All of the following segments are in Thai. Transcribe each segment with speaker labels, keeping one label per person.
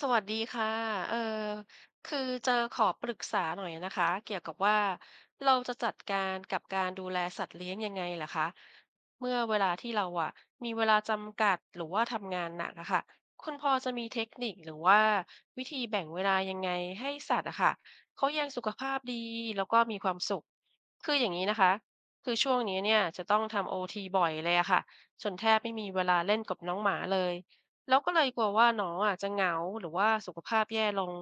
Speaker 1: สวัสดีค่ะเอ่อคือจะขอปรึกษาหน่อยนะคะเกี่ยวกับว่าเราจะจัดการกับการดูแลสัตว์เลี้ยงยังไงล่ะคะเมื่อเวลาที่เราอ่ะมีเวลาจำกัดหรือว่าทำงานหนักอะค่ะคุณพอจะมีเทคนิคหรือว่าวิธีแบ่งเวลายังไงให้สัตว์อะค่ะเขายังสุขภาพดีแล้วก็มีความสุขคืออย่างนี้นะคะ คือช่วงนี้เนี่ยจะต้องทำโอทีบ่อยเลยอะค่ะจนแทบไม่มีเวลาเล่นกับน้องหมาเลย แล้วก็เลยกลัวว่าน้องอะจะเหงาหรือว่าสุขภาพแย่ลง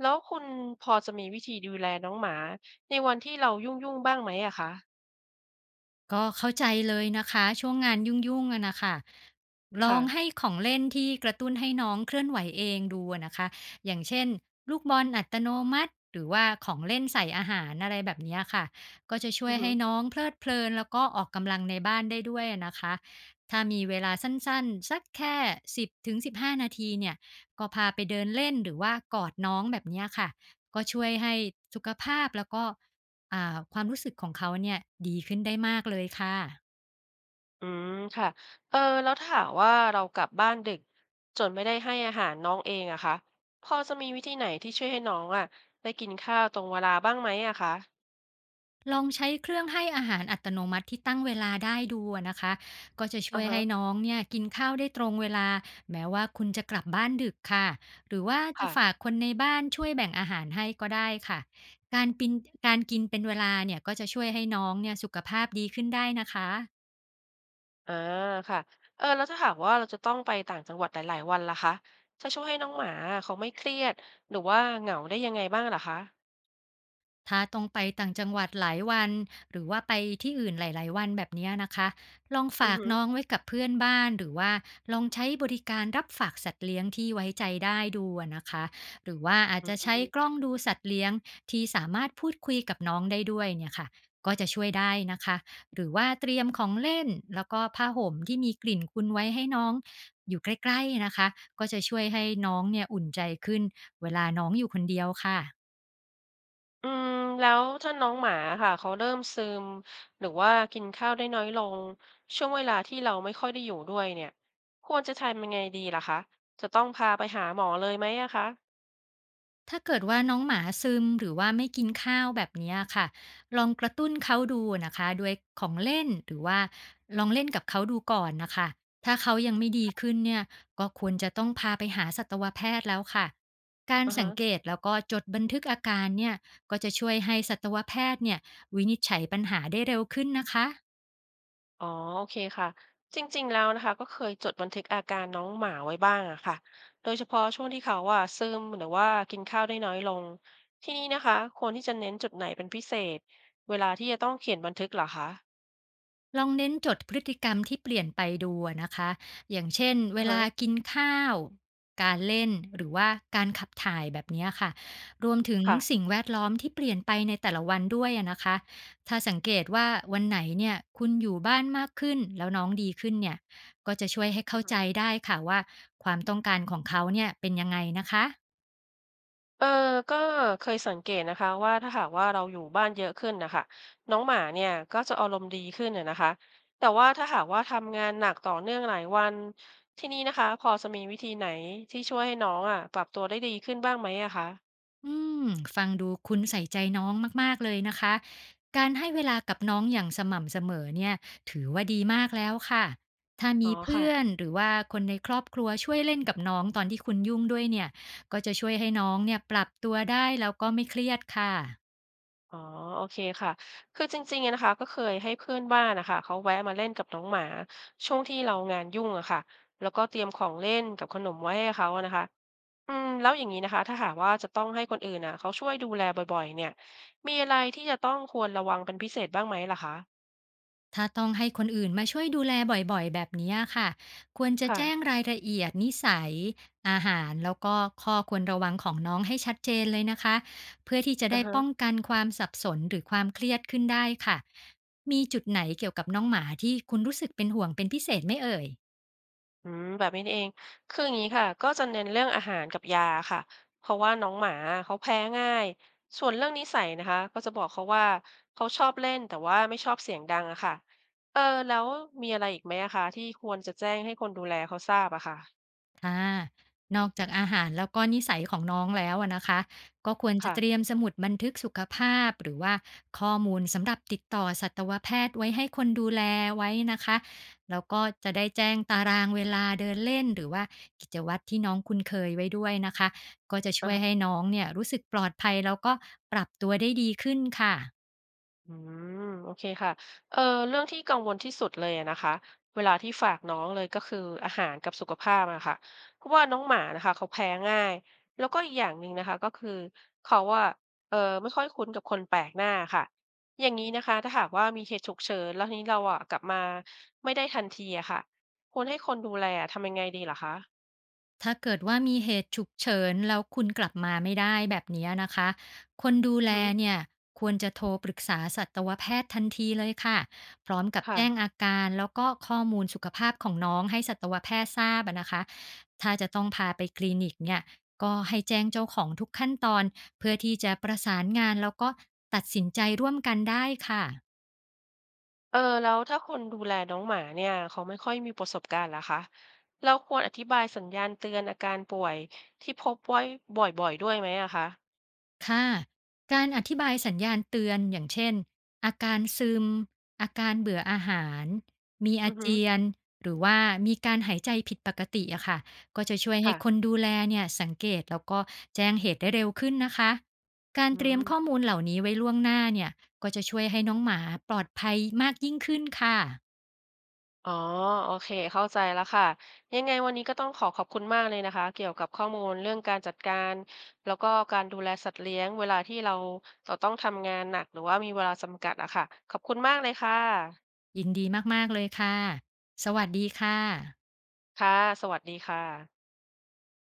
Speaker 1: แล้วคุณพอจะมีวิธีดูแลน้องหมาในวันที่เรายุ่งๆบ้างไหมอะคะ
Speaker 2: ก็เข้าใจเลยนะคะช่วงงานยุ่งๆอะนะคะลองให้
Speaker 1: ค่ะ
Speaker 2: ของเล่นที่กระตุ้นให้น้องเคลื่อนไหวเองดูอะนะคะอย่างเช่นลูกบอลอัตโนมัติหรือว่าของเล่นใส่อาหารอะไรแบบเนี้ยค่ะก็จะช่
Speaker 1: อื
Speaker 2: วย
Speaker 1: อฮึ
Speaker 2: ให้น้องเพลิดเพลินแล้วก็ออกกำลังในบ้านได้ด้วยอะนะคะถ้ามีเวลาสั้นๆสักแค่10 ถึง 15 นาทีเนี่ยก็พาไปเดินเล่นหรือว่ากอดน้องแบบเนี้ยค่ะก็ช่วยให้สุขภาพแล้วก็ อ่าความรู้สึกของเขาเนี่ยดีขึ้นได้มากเลยค่ะ
Speaker 1: อืมค่ะเออแล้วถ้าหากว่าเรากลับบ้านดึกจนไม่ได้ให้อาหารน้องเองอะคะพอจะมีวิธีไหนที่ช่วยให้น้องอะได้กินข้าวตรงเวลาบ้างไหมอะคะ
Speaker 2: ลองใช้เครื่องให้อาหารอัตโนมัติที่ตั้งเวลาได้ดูอะนะคะก็จะช่
Speaker 1: อะ
Speaker 2: วย
Speaker 1: ฮะ
Speaker 2: ให้น้องเนี่ยกินข้าวได้ตรงเวลาแม้ว่าคุณจะกลับบ้านดึกค่ะหรือว่าจะฝา
Speaker 1: ค่ะ
Speaker 2: กคนในบ้านช่วยแบ่งอาหารให้ก็ได้ค่ะการปินการกินเป็นเวลาเนี่ยก็จะช่วยให้น้องเนี่ยสุขภาพดีขึ้นได้นะคะ
Speaker 1: อาค่ะเออแล้วถ้าหากว่าเราจะต้องไปต่างจังหวัดหลายๆวันล่ะคะจะช่วยให้น้องหมาเขาไม่เครียดหรือว่าเหงาได้ยังไงบ้างล่ะคะ
Speaker 2: ถ้าต้องไปต่างจังหวัดหลายวันหรือว่าไปที่อื่นหลายๆวันแบบเนี้ยนะคะลอง
Speaker 1: อือ
Speaker 2: ฝาก
Speaker 1: หือ
Speaker 2: น้องไว้กับเพื่อนบ้านหรือว่าลองใช้บริการรับฝากสัตว์เลี้ยงที่ไว้ใจได้ดูอะนะคะหรือว่าอาจ
Speaker 1: อื
Speaker 2: จะใช้กล้
Speaker 1: ม
Speaker 2: องดูสัตว์เลี้ยงที่สามารถพูดคุยกับน้องได้ด้วยเนี่ยค่ะก็จะช่วยได้นะคะหรือว่าเตรียมของเล่นแล้วก็ผ้าห่มที่มีกลิ่นคุณไว้ให้น้องอยู่ใกล้ๆนะคะก็จะช่วยให้น้องเนี่ยอุ่นใจขึ้นเวลาน้องอยู่คนเดียวค่ะ
Speaker 1: อืมแล้วถ้าน้องหมาค่ะเขาเริ่มซึมหรือว่ากินข้าวได้น้อยลงช่วงเวลาที่เราไม่ค่อยได้อยู่ด้วยเนี่ยควรจะทำยังไงดีล่ะคะจะต้องพาไปหาหมอเลยไหมอะคะ
Speaker 2: ถ้าเกิดว่าน้องหมาซึมหรือว่าไม่กินข้าวแบบเนี้ยค่ะลองกระตุ้นเขาดูนะคะด้วยของเล่นหรือว่าลองเล่นกับเขาดูก่อนนะคะถ้าเขายังไม่ดีขึ้นเนี่ยก็ควรจะต้องพาไปหาสัตวแพทย์แล้วค่ะการ
Speaker 1: อะ
Speaker 2: สั
Speaker 1: ฮะ
Speaker 2: งเกตแล้วก็จดบันทึกอาการเนี่ยก็จะช่วยให้สัตวแพทย์เนี่ยวินิจฉัยปัญหาได้เร็วขึ้นนะคะ
Speaker 1: อ๋อโอเคค่ะจริงๆแล้วนะคะก็เคยจดบันทึกอาการน้องหมาไว้บ้างอะค่ะโดยเฉพาะช่วงที่เขาอ่ะซึมหรือว่ากินข้าวได้น้อยลงที่นี้นะคะควรที่จะเน้นจุดไหนเป็นพิเศษเวลาที่จะต้องเขียนบันทึกเหรอคะ
Speaker 2: ลองเน้นจดพฤติกรรมที่เปลี่ยนไปดูอะนะคะอย่างเช่น
Speaker 1: อื
Speaker 2: เว
Speaker 1: อฮะ
Speaker 2: ลากินข้าว การเล่นหรือว่าการขับถ่ายแบบเนี้ยค่ะรวมถึง
Speaker 1: ค่ะ
Speaker 2: สิ่งแวดล้อมที่เปลี่ยนไปในแต่ละวันด้วยอะนะคะถ้าสังเกตว่าวันไหนเนี่ยคุณอยู่บ้านมากขึ้นแล้วน้องดีขึ้นเนี่ยก็จะช่วยให้เข้าใจได้ค่ะว่าความต้องการของเขาเนี่ยเป็นยังไงนะคะ
Speaker 1: เออก็เคยสังเกตนะคะว่าถ้าหากว่าเราอยู่บ้านเยอะขึ้นนะคะน้องหมาเนี่ยก็จะอารมณ์ดีขึ้นน่ะนะคะแต่ว่าถ้าหากว่าทำงานหนักต่อเนื่องหลายวันที่นี่นะคะพอจะมีวิธีไหนที่ช่วยให้น้องอ่ะปรับตัวได้ดีขึ้นบ้างไหมอะคะ
Speaker 2: อืมฟังดูคุณใส่ใจน้องมากๆเลยนะคะ การให้เวลากับน้องอย่างสม่ำเสมอเนี่ยถือว่าดีมากแล้วค่ะถ้า
Speaker 1: อ๋อ
Speaker 2: มีเพื่อ
Speaker 1: ค่ะ
Speaker 2: นหรือว่าคนในครอบครัวช่วยเล่นกับน้องตอนที่คุณยุ่งด้วยเนี่ยก็จะช่วยให้น้องเนี่ยปรับตัวได้แล้วก็ไม่เครียดค่ะ
Speaker 1: อ๋อโอเคค่ะคือจริงๆอะนะคะก็เคยให้เพื่อนบ้านนะคะเขาแวะมาเล่นกับน้องหมาช่วงที่เรางานยุ่งอะค่ะแล้วก็เตรียมของเล่นกับขนมไว้ให้เขาอะนะคะ อืมแล้วอย่างงี้นะคะถ้าหากว่าจะต้องให้คนอื่นน่ะเขาช่วยดูแลบ่อยๆเนี่ยมีอะไรที่จะต้องควรระวังเป็นพิเศษบ้างไหมล่ะคะ
Speaker 2: ถ้าต้องให้คนอื่นมาช่วยดูแลบ่อยๆแบบนี้ค่ะควรจะ
Speaker 1: ค่ะ
Speaker 2: แจ้งรายละเอียดนิสัยอาหารแล้วก็ข้อควรระวังของน้องให้ชัดเจนเลยนะคะเพื่อที่จะ
Speaker 1: ออ
Speaker 2: ได้ป้อง
Speaker 1: ฮะ
Speaker 2: กันความสับสนหรือความเครียดขึ้นได้ค่ะมีจุดไหนเกี่ยวกับน้องหมาที่คุณรู้สึกเป็นห่วงเป็นพิเศษไหมเอ่ย
Speaker 1: อืมแบบนี้นี่เองคืออย่างนี้ค่ะก็จะเน้นเรื่องอาหารกับยาค่ะเพราะว่าน้องหมาเขาแพ้ง่ายส่วนเรื่องนิสัยนะคะก็จะบอกเขาว่าเขาชอบเล่นแต่ว่าไม่ชอบเสียงดังอะค่ะเออแล้วมีอะไรอีกไหมอะคะที่ควรจะแจ้งให้คนดูแลเขาทราบอะค่ะ
Speaker 2: ค่ะนอกจากอาหารแล้วก็นิสัยของน้องแล้วอะนะคะก็ควรจะ
Speaker 1: ค่ะ
Speaker 2: เตรียมสมุดบันทึกสุขภาพหรือว่าข้อมูลสำหรับติดต่อสัตวแพทย์ไว้ให้คนดูแลไว้นะคะแล้วก็จะได้แจ้งตารางเวลาเดินเล่นหรือว่ากิจวัตรที่น้องคุ้นเคยไว้ด้วยนะคะก็จะช่วยให้น้องเนี่ยรู้สึกปลอดภัยแล้วก็ปรับตัวได้ดีขึ้นค่ะ
Speaker 1: อืมโอเคค่ะเออเรื่องที่กังวลที่สุดเลยอะนะคะเวลาที่ฝากน้องเลยก็คืออาหารกับสุขภาพอะค่ะเพราะว่าน้องหมานะคะเขาแพ้ง่ายแล้วก็อีกอย่างหนึ่งนะคะก็คือเขาว่าไม่ค่อยคุ้นกับคนแปลกหน้าค่ะอย่างนี้นะคะถ้าหากว่ามีเหตุฉุกเฉินแล้วทีนี้เราอะกลับมาไม่ได้ทันทีอะค่ะควรให้คนดูแลทำยังไงดีเหรอคะ
Speaker 2: ถ้าเกิดว่ามีเหตุฉุกเฉินแล้วคุณกลับมาไม่ได้แบบเนี้ยนะคะคนดู
Speaker 1: อือ
Speaker 2: แล
Speaker 1: ฮึ
Speaker 2: เนี่ยควรจะโทรปรึกษาสัตวแพทย์ทันทีเลยค่ะพร้อมกับ
Speaker 1: ค่ะ
Speaker 2: แจ้งอาการแล้วก็ข้อมูลสุขภาพของน้องให้สัตวแพทย์ทราบอะนะคะถ้าจะต้องพาไปคลินิกเนี่ยก็ให้แจ้งเจ้าของทุกขั้นตอนเพื่อที่จะประสานงานแล้วก็ตัดสินใจร่วมกันได้ค่ะ
Speaker 1: เออแล้วถ้าคนดูแลน้องหมาเนี่ยเขาไม่ค่อยมีประสบการณ์ล่ะคะเราควรอธิบายสัญญาณเตือนอาการป่วยที่พบไว้บ่อยๆด้วยไหมอะคะ
Speaker 2: ค่ะการอธิบายสัญญาณเตือนอย่างเช่นอาการซึมอาการเบื่ออาหารมี
Speaker 1: อื
Speaker 2: อา
Speaker 1: อฮึ
Speaker 2: เจียนหรือว่ามีการหายใจผิดปกติอะค่ะก็จะช่วยให้
Speaker 1: ค่ะ
Speaker 2: คนดูแลเนี่ยสังเกตแล้วก็แจ้งเหตุได้เร็วขึ้นนะคะการ
Speaker 1: อื
Speaker 2: เตรียมข้อ
Speaker 1: ม
Speaker 2: มูลเหล่านี้ไว้ล่วงหน้าเนี่ยก็จะช่วยให้น้องหมาปลอดภัยมากยิ่งขึ้นค่ะ
Speaker 1: อ๋อโอเคเข้าใจแล้วค่ะยังไงวันนี้ก็ต้องขอขอบคุณมากเลยนะคะเกี่ยวกับข้อมูลเรื่องการจัดการแล้วก็การดูแลสัตว์เลี้ยงเวลาที่เราต้องทำงานหนักหรือว่ามีเวลาจำกัดอะค่ะขอบคุณมากเลยค่ะ
Speaker 2: ยินดีมากๆเลยค่ะสวัสดีค่ะ
Speaker 1: ค่ะสวัสดีค่ะ